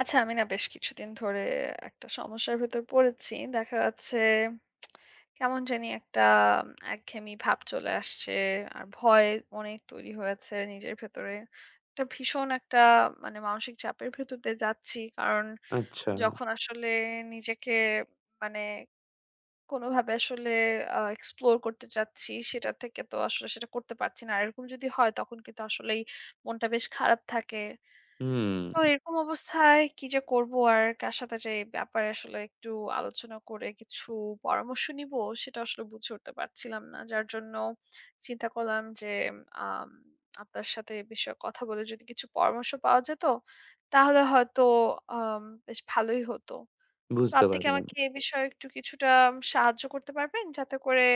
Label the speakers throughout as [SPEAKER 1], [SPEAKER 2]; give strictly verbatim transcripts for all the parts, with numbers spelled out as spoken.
[SPEAKER 1] আচ্ছা, আমি না বেশ কিছুদিন ধরে একটা সমস্যার ভেতর পড়েছি। দেখা যাচ্ছে কেমন জানি একটা একঘেয়েমি ভাব চলে আসছে। আর ভয় অনেক তৈরি হয়েছে নিজের ভেতরে। একটা ভীষণ একটা মানে মানসিক চাপের ভেতর দিয়ে যাচ্ছি। কারণ
[SPEAKER 2] আচ্ছা,
[SPEAKER 1] যখন আসলে নিজেকে মানে কোনোভাবে আসলে আ এক্সপ্লোর করতে চাচ্ছি, সেটা থেকে তো আসলে সেটা করতে পারছি না। আর এরকম যদি হয় তখন কিন্তু আসলেই মনটা বেশ খারাপ থাকে।
[SPEAKER 2] হুম,
[SPEAKER 1] তো এরকম অবস্থায় কি যে করব আর কার সাথে যে এই ব্যাপারে আসলে একটু আলোচনা করে কিছু পরামর্শ নিব সেটা আসলে বুঝে উঠতে পারছিলাম না। যার জন্য চিন্তা করলাম যে আম আপনার সাথে এ বিষয়ে কথা বলে যদি কিছু পরামর্শ পাওয়া যেত তাহলে হয়তো আম বেশ ভালোই হতো। তো
[SPEAKER 2] বুঝতে
[SPEAKER 1] আপনি কি
[SPEAKER 2] পারলাম।
[SPEAKER 1] আমাকে এ বিষয়ে একটু কিছুটা সাহায্য করতে পারবেন? যাতে করে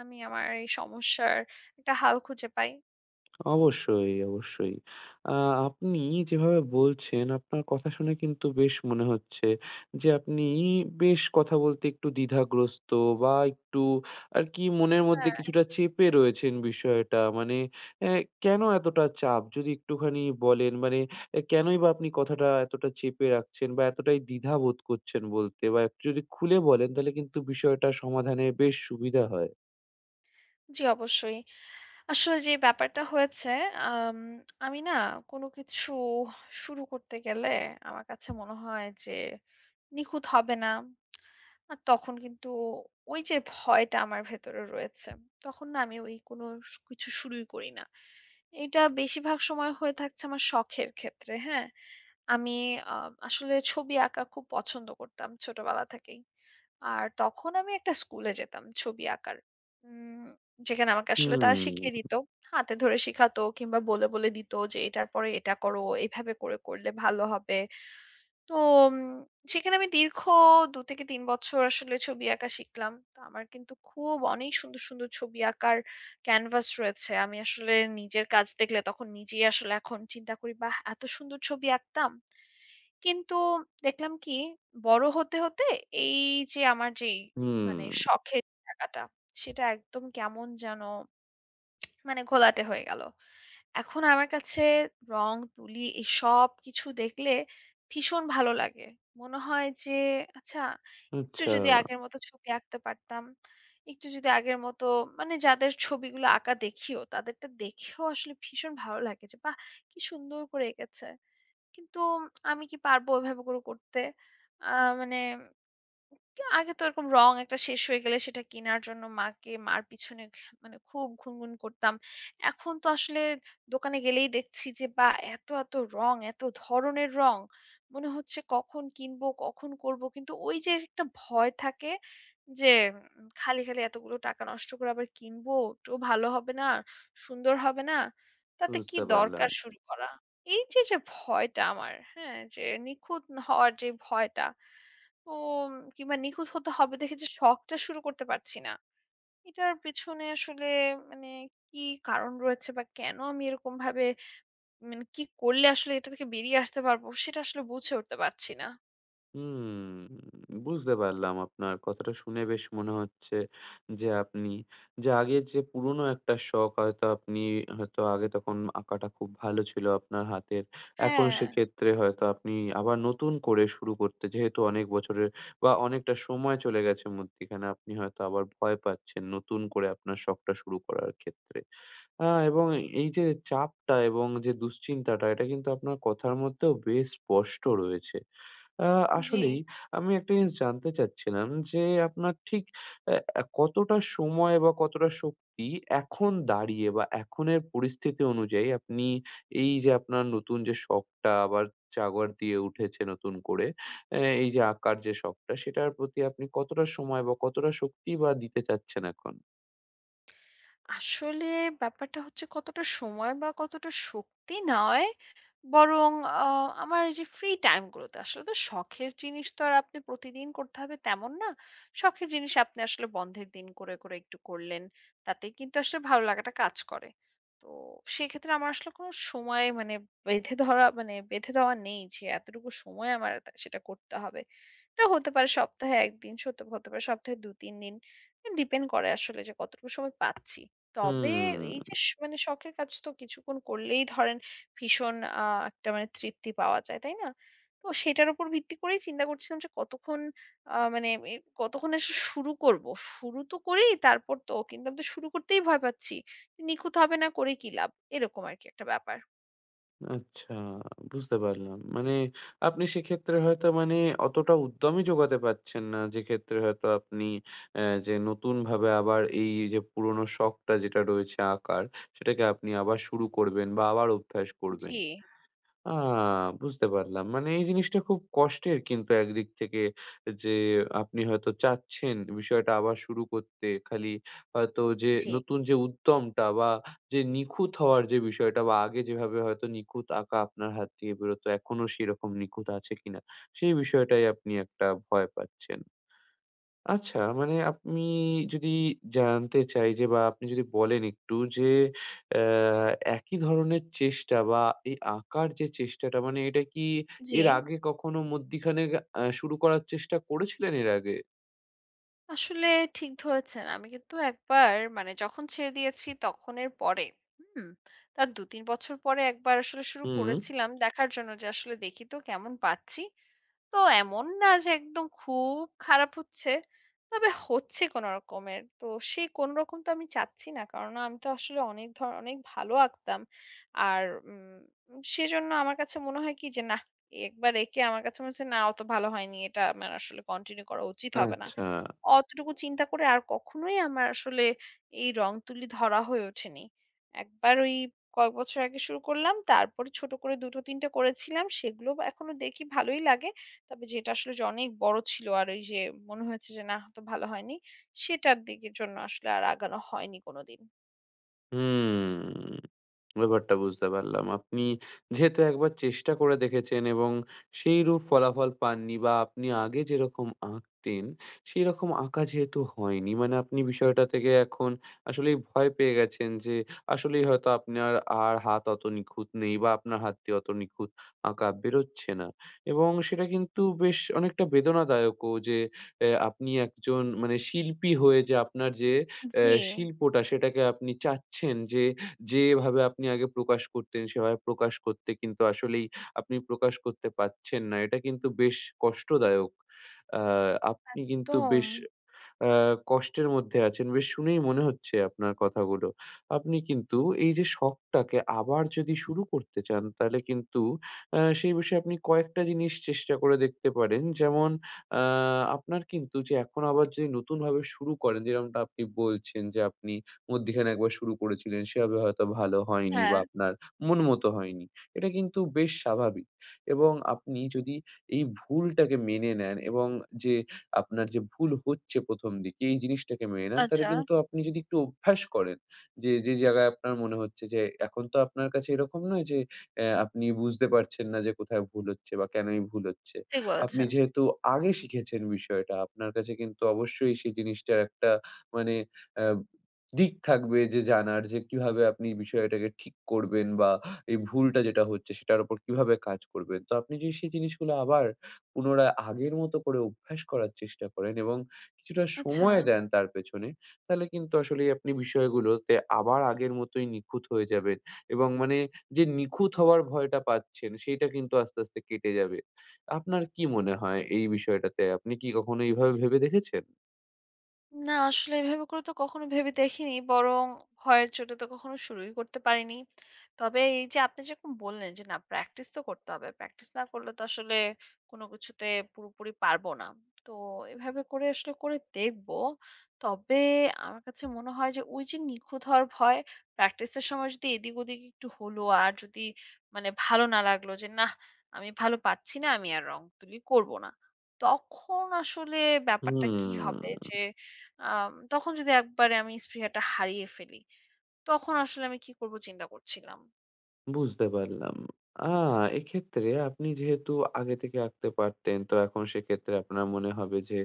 [SPEAKER 1] আমি আমার এই সমস্যার একটা হাল খুঁজে পাই?
[SPEAKER 2] অবশ্যই, অবশ্যই। আ আপনি যেভাবে বলছেন, আপনার কথা শুনে কিন্তু বেশ মনে হচ্ছে যে, আপনি বেশ কথা বলতে একটু দ্বিধাগ্রস্ত বা একটু আরকি মনের মধ্যে
[SPEAKER 1] হ্যাঁ।
[SPEAKER 2] কিছুটা চেপে রয়েছেন বিষয়টা। মানে অ্যা কেন এতটা চাপ? যদি একটুখানি বলেন, মানে অ্যা কেনই বা আপনি কথাটা এতটা চেপে রাখছেন বা এতটাই দ্বিধা বোধ করছেন বলতে? বা একটু যদি খুলে বলেন, তাহলে কিন্তু বিষয়টা সমাধানে বেশ সুবিধা হয়।
[SPEAKER 1] জি, অবশ্যই। আসলে যে ব্যাপারটা হয়েছে, আম আমি না কোনো কিছু শুরু করতে গেলে আমার কাছে মনে হয় যে নিখুঁত হবে না। আর তখন কিন্তু ওই যে ভয়টা আমার ভেতরে রয়েছে। তখন না আমি ওই কোনো সু কিছু শুরুই করি না। এটা বেশিরভাগ সময় হয়ে থাকছে আমার শখের ক্ষেত্রে, হ্যাঁ? আমি আ আসলে ছবি আঁকা খুব পছন্দ করতাম ছোটবেলা থেকেই। আর তখন আমি একটা স্কুলে যেতাম ছবি আঁকার। উম যেখানে আমাকে আসলে তারা শিখিয়ে
[SPEAKER 2] হুম।
[SPEAKER 1] দিত। হাতে ধরে শিখাতো কিংবা বলে, বলে দিত যে এটার পরে এটা করো, এভাবে করে করলে ভালো হবে। তো উম সেখানে আমি দীর্ঘ দুই থেকে তিন বছর আসলে ছবি আঁকা শিখলাম। তো আমার কিন্তু খুব অনেক সুন্দর, সুন্দর ছবি আঁকার ক্যানভাস রয়েছে। আমি আসলে নিজের কাজ দেখলে তখন নিজেই আসলে এখন চিন্তা করি, বাহ! এত সুন্দর ছবি আঁকতাম। কিন্তু দেখলাম কি বড় হতে, হতে এই যে আমার যেই
[SPEAKER 2] হুম,
[SPEAKER 1] মানে শখের জায়গাটা সেটা একদম কেমন যেন মানে ঘোলাটে হয়ে গেল। এখন আমার কাছে রং, তুলি এই সবকিছু দেখলে ভীষণ ভালো লাগে। মনে হয় যে আচ্ছা একটু
[SPEAKER 2] আচ্ছা,
[SPEAKER 1] যদি আগের মতো ছবি আঁকতে পারতাম, একটু যদি আগের মতো মানে যাদের ছবিগুলো আঁকা দেখিও তাদেরটা দেখেও আসলে ভীষণ ভালো লাগে যে বাহ! কি সুন্দর করে এঁকেছে। কিন্তু আমি কি পারবো এভাবে করে করতে? আ মানে আগে তো এরকম রং একটা শেষ হয়ে গেলে সেটা কেনার জন্য মাকে মার পিছনে ঘ- মানে খুব ঘুনঘুন করতাম। এখন তো আসলে দোকানে গেলেই দেখছি যে বা এত এত রং, এত ধরনের রং, মনে হচ্ছে কখন কিনবো, কখন করব, কিন্তু ওই যে একটা ভয় থাকে যে উম, খালি খালি এতগুলো টাকা নষ্ট করে আবার কিনবো, তো ভালো হবে না, সুন্দর হবে না, তাতে কি
[SPEAKER 2] বুঝতে পারলাম।
[SPEAKER 1] দরকার শুরু করা। এই যে যে ভয়টা আমার, হ্যাঁ, যে নিখুঁত হওয়ার যে ভয়টা, তো উম, কিংবা নিখুঁত হতে হবে দেখে যে শখটা শুরু করতে পারছি না। এটার পেছনে আসলে মানে কি কারণ রয়েছে, বা কেন আমি এরকম ভাবে, মানে কি করলে আসলে এটা থেকে বেরিয়ে আসতে পারবো সেটা আসলে বুঝে উঠতে পারছি না।
[SPEAKER 2] হুম, বুঝতে পারলাম, আপনার কথাটা শুনে বেশ মনে হচ্ছে যে আপনি যে আগের যে পুরনো একটা শখ হয়তো আপনি হয়তো আগে তখন আঁকাটা খুব ভালো ছিল আপনার হাতের। এখন
[SPEAKER 1] হ্যাঁ,
[SPEAKER 2] সেক্ষেত্রে হয়তো আপনি আবার নতুন করে শুরু করতে যেহেতু অনেক বছরের বা অনেকটা সময় চলে গেছে মধ্যিখানে আপনি হয়তো আবার ভয় পাচ্ছেন নতুন করে আপনার শখটা শুরু করার ক্ষেত্রে। আ এবং এই যে চাপটা এবং যে দুশ্চিন্তাটা এটা কিন্তু আপনার কথার মধ্যেও বেশ স্পষ্ট রয়েছে। আ
[SPEAKER 1] জি।
[SPEAKER 2] আসলেই আমি একটা জিনিস জানতে চাচ্ছিলাম যে আপনার ঠিক অ্যা অ্যা কতটা সময় বা কতটা শক্তি এখন দাঁড়িয়ে বা এখনের পরিস্থিতি অনুযায়ী আপনি এই যে আপনার নতুন যে শখটা আবার জাগর দিয়ে উঠেছে নতুন করে, অ্যা এই যে আঁকার যে শখটা সেটার প্রতি আপনি কতটা সময় বা কতটা শক্তি বা দিতে চাচ্ছেন এখন?
[SPEAKER 1] আসলে ব্যাপারটা হচ্ছে কতটা সময় বা কতটা শক্তি নয়, বরং আ আমার এই যে ফ্রি টাইম গুলোতে আসলে তো শখের জিনিস তো আর আপনি প্রতিদিন করতে হবে তেমন না। শখের জিনিস আপনি আসলে বন্ধের দিন করে, করে একটু করলেন। তাতেই কিন্তু আসলে ভালো লাগাটা কাজ করে। তো সেক্ষেত্রে আমার আসলে কোনো সময়, মানে বেঁধে ধরা মানে বেঁধে দেওয়া নেই যে এতটুকু সময় আমার তা সেটা করতে হবে। এটা হতে পারে সপ্তাহে এক দিন, সত হতে পারে সপ্তাহে দুই থেকে তিন দিন। ডিপেন্ড করে আসলে যে কতটুকু সময় পাচ্ছি। তবে এই
[SPEAKER 2] হুম।
[SPEAKER 1] যে স মানে শখের কাজ তো কিছুক্ষণ করলেই ধরেন ভীষণ আ একটা মানে তৃপ্তি পাওয়া যায়, তাই না? তো সেটার উপর ভিত্তি করেই চিন্তা করছিলাম যে কতক্ষণ, আ মানে এ কতক্ষণ আসলে শুরু করব। শুরু তো করি, তারপর তো কিন্তু আমি তো শুরু করতেই ভয় পাচ্ছি। যে নিখুঁত হবে না, করে কি লাভ? এরকম আরকি একটা ব্যাপার।
[SPEAKER 2] আচ্ছা, বুঝতে পারলাম। মানে আপনি সেক্ষেত্রে হয়তো মানে অতটা উদ্যমই যোগাতে পারছেন না, যেক্ষেত্রে হয়তো আপনি অ্যা যে নতুনভাবে আবার এই যে পুরনো শখটা যেটা রয়েছে আঁকার, সেটাকে আপনি আবার শুরু করবেন বা আবার অভ্যাস করবেন।
[SPEAKER 1] জি,
[SPEAKER 2] আ বুঝতে পারলাম। মানে এই জিনিসটা খুব কষ্টের কিন্তু একদিক থেকে যে আপনি হয়তো চাচ্ছেন বিষয়টা আবার শুরু করতে। খালি হয়তো যে
[SPEAKER 1] জি,
[SPEAKER 2] নতুন যে উদ্যমটা বা যে নিখুঁত হওয়ার যে বিষয়টা বা আগে যেভাবে হয়তো নিখুঁত আঁকা আপনার হাত দিয়ে বেরোতো এখনো সেরকম নিখুঁত আছে কিনা সেই বিষয়টাই আপনি একটা ভয় পাচ্ছেন। আচ্ছা, মানে আপনি যদি জানতে চাই যে বা আপনি যদি বলেন একটু যে আ একই ধরনের চেষ্টা বা এই আঁকার যে চেষ্টাটা মানে এটা কি
[SPEAKER 1] জি।
[SPEAKER 2] এর আগে কখনো মধ্যিখানে আ শুরু করার চেষ্টা করেছিলেন এর আগে?
[SPEAKER 1] আসলে ঠিক ধরেছেন। আমি কিন্তু একবার, মানে যখন ছেড়ে দিয়েছি তখন এর পরে, হুম? তার দুই থেকে তিন বছর পরে একবার আসলে শুরু
[SPEAKER 2] হুম,
[SPEAKER 1] করেছিলাম দেখার জন্য যে আসলে দেখি তো কেমন পাচ্ছি। তো এমন না যে একদম খুব খারাপ হচ্ছে। তবে হচ্ছে কোন রকমের। তো সেই কোন রকম তো আমি চাচ্ছি না। কারণ আমি তো আসলে অনেক ধর অনেক ভালো আঁকতাম। আর উম সেজন্য আমার কাছে মনে হয় কি যে নাহ, একবার এঁকে আমার কাছে মনে হচ্ছে না, অত ভালো হয়নি। এটা আমার আসলে কন্টিনিউ করা উচিত হবে না।
[SPEAKER 2] আচ্ছা,
[SPEAKER 1] অতটুকু চিন্তা করে আর কখনোই আমার আসলে এই রং তুলি ধরা হয়ে ওঠেনি। একবার ওই কয়েক বছর আগে শুরু করলাম। তারপরে ছোট করে দুই টো তিন টা করেছিলাম। সেগুলো এখনো দেখি ভালোই লাগে। তবে যেটা আসলে যে অনেক বড় ছিল আর ওই যে মনে হয়েছে যে না হয়তো ভালো হয়নি, সেটার দিকের জন্য আসলে আর আগানো হয়নি কোনোদিন।
[SPEAKER 2] হুম। ব্যাপারটা বুঝতে পারলাম। আপনি যেহেতু একবার চেষ্টা করে দেখেছেন এবং সেইরূপ ফলাফল পাননি বা আপনি আগে যেরকম আঁকতেন, সেইরকম আঁকা যেহেতু হয়নি, মানে আপনি বিষয়টা থেকে এখন আসলেই ভয় পেয়ে গেছেন যে আসলেই হয়তো আপনার আর হাত অত নিখুঁত নেই বা আপনার হাত দিয়ে অত নিখুঁত আঁকা বেরোচ্ছে না। এবং সেটা কিন্তু বেশ অনেকটা বেদনাদায়কও যে অ্যা আপনি একজন মানে শিল্পী হয়ে যে আপনার যে অ্যা
[SPEAKER 1] জি।
[SPEAKER 2] শিল্পটা সেটাকে আপনি চাচ্ছেন যে যেভাবে আপনি আগে প্রকাশ করতেন সেভাবে প্রকাশ করতে কিন্তু আসলেই আপনি প্রকাশ করতে পারছেন না। এটা কিন্তু বেশ কষ্টদায়ক। আ আপনি
[SPEAKER 1] তো
[SPEAKER 2] কিন্তু বেশ আ কষ্টের মধ্যে আছেন, বেশ শুনেই মনে হচ্ছে আপনার কথাগুলো। আপনি কিন্তু এই যে শখটাকে আবার যদি শুরু করতে চান, তাহলে কিন্তু আ সেই বিষয়ে আপনি কয়েকটা জিনিস চেষ্টা করে দেখতে পারেন। যেমন আ আপনার কিন্তু যে এখন আবার যে নতুনভাবে শুরু করেন যেরকমটা আপনি বলছেন যে আপনি মধ্যিখানে একবার শুরু করেছিলেন সেভাবে হয়তো ভালো হয়নি বা
[SPEAKER 1] হ্যাঁ,
[SPEAKER 2] আপনার মন মতো হয়নি। এটা কিন্তু বেশ স্বাভাবিক এবং আপনি যদি এই ভুলটাকে মেনে নেন এবং যে আপনার যে ভুল হচ্ছে প্রথম দিকে এই জিনিসটাকে মেনে নেন, তাহলে
[SPEAKER 1] আচ্ছা,
[SPEAKER 2] কিন্তু আপনি যদি একটু অভ্যাস করেন যে, যে জায়গায় আপনার মনে হচ্ছে যে এখন তো আপনার কাছে এরকম নয় যে অ্যা আপনি বুঝতে পারছেন না যে কোথায় ভুল হচ্ছে বা কেনই ভুল হচ্ছে।
[SPEAKER 1] ঠিক
[SPEAKER 2] আপনি
[SPEAKER 1] বলেছেন।
[SPEAKER 2] যেহেতু আগে শিখেছেন বিষয়টা, আপনার কাছে কিন্তু অবশ্যই সেই জিনিসটার একটা মানে অ্যা দিক থাকবে যে জানার যে কিভাবে আপনি বিষয়টাকে ঠিক করবেন বা এই ভুলটা যেটা হচ্ছে সেটার উপর কিভাবে কাজ করবেন। তো আপনি যদি সেই জিনিসগুলো আবার পুনরায় আগের মতো করে অভ্যাস করার চেষ্টা করেন এবং কিছুটা
[SPEAKER 1] আচ্ছা।
[SPEAKER 2] সময় দেন তার পেছনে, তাহলে কিন্তু আসলেই আপনি বিষয়গুলোতে আবার আগের মতোই নিখুঁত হয়ে যাবেন এবং মানে যে নিখুঁত হওয়ার ভয়টা পাচ্ছেন, সেইটা কিন্তু আস্তে, আস্তে কেটে যাবে। আপনার কি মনে হয় এই বিষয়টাতে? আপনি কি কখনো এইভাবে ভেবে দেখেছেন?
[SPEAKER 1] না আসলে এভাবে করে তো কখনো ভেবে দেখিনি। বরং ভয়ের চোটে তো কখনো শুরুই করতে পারিনি। তবে এই যে আপনি যেরকম বললেন যে না প্র্যাকটিস তো করতে হবে। প্র্যাকটিস না করলে তো আসলে কোনো কিছুতে পুরোপুরি পারবো না। তো এভাবে করে আসলে করে দেখবো। তবে আমার কাছে মনে হয় যে ওই যে নিখুঁত হওয়ার ভয়, প্র্যাকটিসের সময় যদি এদিক ওদিক একটু হলো আর যদি মানে ভালো না লাগলো যে নাহ আমি ভালো পারছি না, আমি আর রং তুলি করব না। তখন আসলে ব্যাপারটা কি হবে
[SPEAKER 2] হুম।
[SPEAKER 1] যে আম তখন যদি একবারে আমি স্পৃহাটা হারিয়ে ফেলি, তখন আসলে আমি কি করব চিন্তা করছিলাম।
[SPEAKER 2] বুঝতে পারলাম। আ এক্ষেত্রে আপনি যেহেতু আগে থেকে আঁকতে পারতেন, তো এখন সেক্ষেত্রে আপনার মনে হবে যে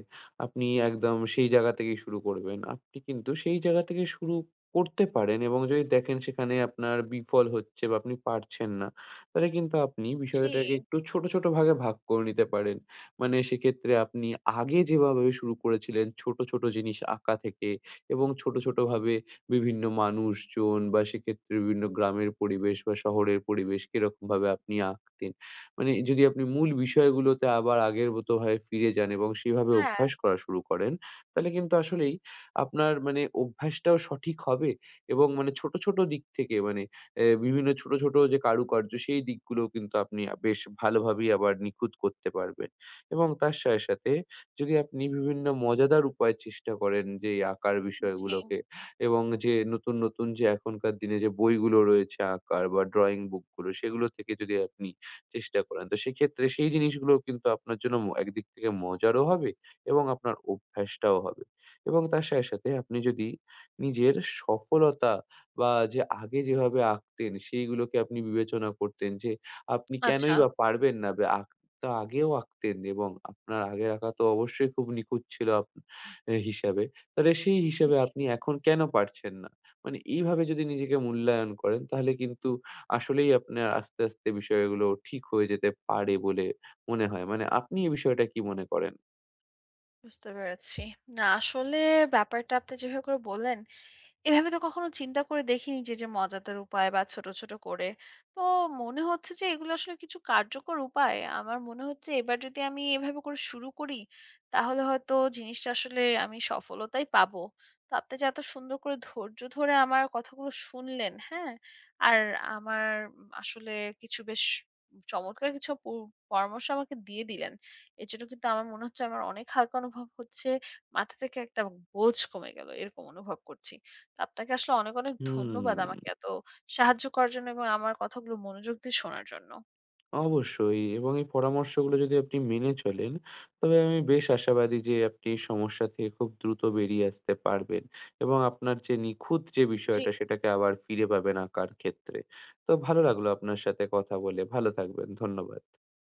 [SPEAKER 2] আপনি একদম সেই জায়গা থেকেই শুরু করবেন। আপনি কিন্তু সেই জায়গা থেকে শুরু করতে পারেন এবং যদি দেখেন সেখানে আপনার বিফল হচ্ছে বা আপনি পারছেন না, তাহলে কিন্তু আপনি
[SPEAKER 1] জি,
[SPEAKER 2] বিষয়টাকে একটু ছোট, ছোট ভাগে ভাগ করে নিতে পারেন। মানে সেক্ষেত্রে আপনি আগে যেভাবে শুরু করেছিলেন ছোট, ছোট জিনিস আঁকা থেকে এবং ছোট, ছোট ভাবে বিভিন্ন মানুষজন বা সেক্ষেত্রে বিভিন্ন গ্রামের পরিবেশ বা শহরের পরিবেশ কিরকমভাবে আপনি আঁকতেন? মানে যদি আপনি মূল বিষয়গুলোতে আবার আগের মতো ভাবে ফিরে যান এবং সেভাবে
[SPEAKER 1] হ্যাঁ,
[SPEAKER 2] অভ্যাস করা শুরু করেন, তাহলে কিন্তু আসলেই আপনার মানে অভ্যাসটাও সঠিক হবে এবং মানে ছোট, ছোট দিক থেকে মানে এ বিভিন্ন ছোট, ছোট যে কারুকার্য সেই দিকগুলোও কিন্তু আপনি আ বেশ ভালোভাবেই আবার নিখুঁত করতে পারবেন এবং তার সাথে, সাথে যদি আপনি বিভিন্ন মজাদার উপায়ে চেষ্টা করেন যে এই আঁকার
[SPEAKER 1] জি।
[SPEAKER 2] বিষয়গুলোকে এবং যে নতুন, নতুন যে এখনকার দিনে যে বইগুলো রয়েছে আঁকার বা ড্রইং বুকগুলো সেগুলো থেকে যদি আপনি চেষ্টা করেন, তো সেক্ষেত্রে সেই জিনিসগুলোও কিন্তু আপনার জন্য ম একদিক থেকে মজারও হবে এবং আপনার অভ্যাসটাও হবে। এবং তার সাথে, সাথে আপনি যদি নিজের সফলতা বা যে আগে যেভাবে আঁকতেন সেইগুলোকে আপনি বিবেচনা করতেন যে আপনি
[SPEAKER 1] আচ্ছা,
[SPEAKER 2] কেনই বা পারবেন না বে আঁক তো আগেও আঁকতেন এবং আপনার আগের আঁকা তো অবশ্যই খুব নিখুঁত ছিল আপ এ হিসাবে। তাহলে সেই হিসেবে
[SPEAKER 1] জি,
[SPEAKER 2] আপনি এখন কেন পারছেন না? মানে এইভাবে যদি নিজেকে মূল্যায়ন করেন, তাহলে কিন্তু আসলেই আপনার আস্তে, আস্তে বিষয়গুলো ঠিক হয়ে যেতে পারে বলে মনে হয়। মানে আপনি এই বিষয়টা কি মনে করেন?
[SPEAKER 1] বুঝতে পেরেছি। না আসলে ব্যাপারটা আপনি যেভাবে করে বললেন এভাবে তো কখনো চিন্তা করে দেখিনি যে, যে মজাদার উপায় বা ছোট, ছোট করে। তো মনে হচ্ছে যে এগুলো আসলে কিছু কার্যকর উপায়। আমার মনে হচ্ছে এবার যদি আমি এভাবে করে শুরু করি, তাহলে হয়তো জিনিসটা আসলে আমি সফলতাই পাবো। তো আপনি যে এত সুন্দর করে ধৈর্য ধরে আমার কথাগুলো শুনলেন, হ্যাঁ? আর আমার উম আসলে কিছু বেশ চমৎকার কিছু পো পরামর্শ আমাকে দিয়ে দিলেন। এজন্য কিন্তু আমার মনে হচ্ছে আমার অনেক হালকা অনুভব হচ্ছে। মাথা থেকে একটা বোঝ কমে গেল। এরকম অনুভব করছি। আপনাকে আসলে অনেক, অনেক
[SPEAKER 2] হুম,
[SPEAKER 1] ধন্যবাদ আমাকে এত সাহায্য করার জন্য এবং আমার কথাগুলো মনোযোগ দিয়ে শোনার জন্য।
[SPEAKER 2] অবশ্যই, এবং এই পরামর্শগুলো যদি আপনি মেনে চলেন, তবে আমি বেশ আশাবাদী যে আপনি এই সমস্যা থেকে খুব দ্রুত বেরিয়ে আসতে পারবেন এবং আপনার যে নিখুঁত যে
[SPEAKER 1] জি।
[SPEAKER 2] বিষয়টা সেটাকে আবার ফিরে পাবেন আঁকার ক্ষেত্রে। তো ভালো লাগলো আপনার সাথে কথা বলে। ভালো থাকবেন। ধন্যবাদ।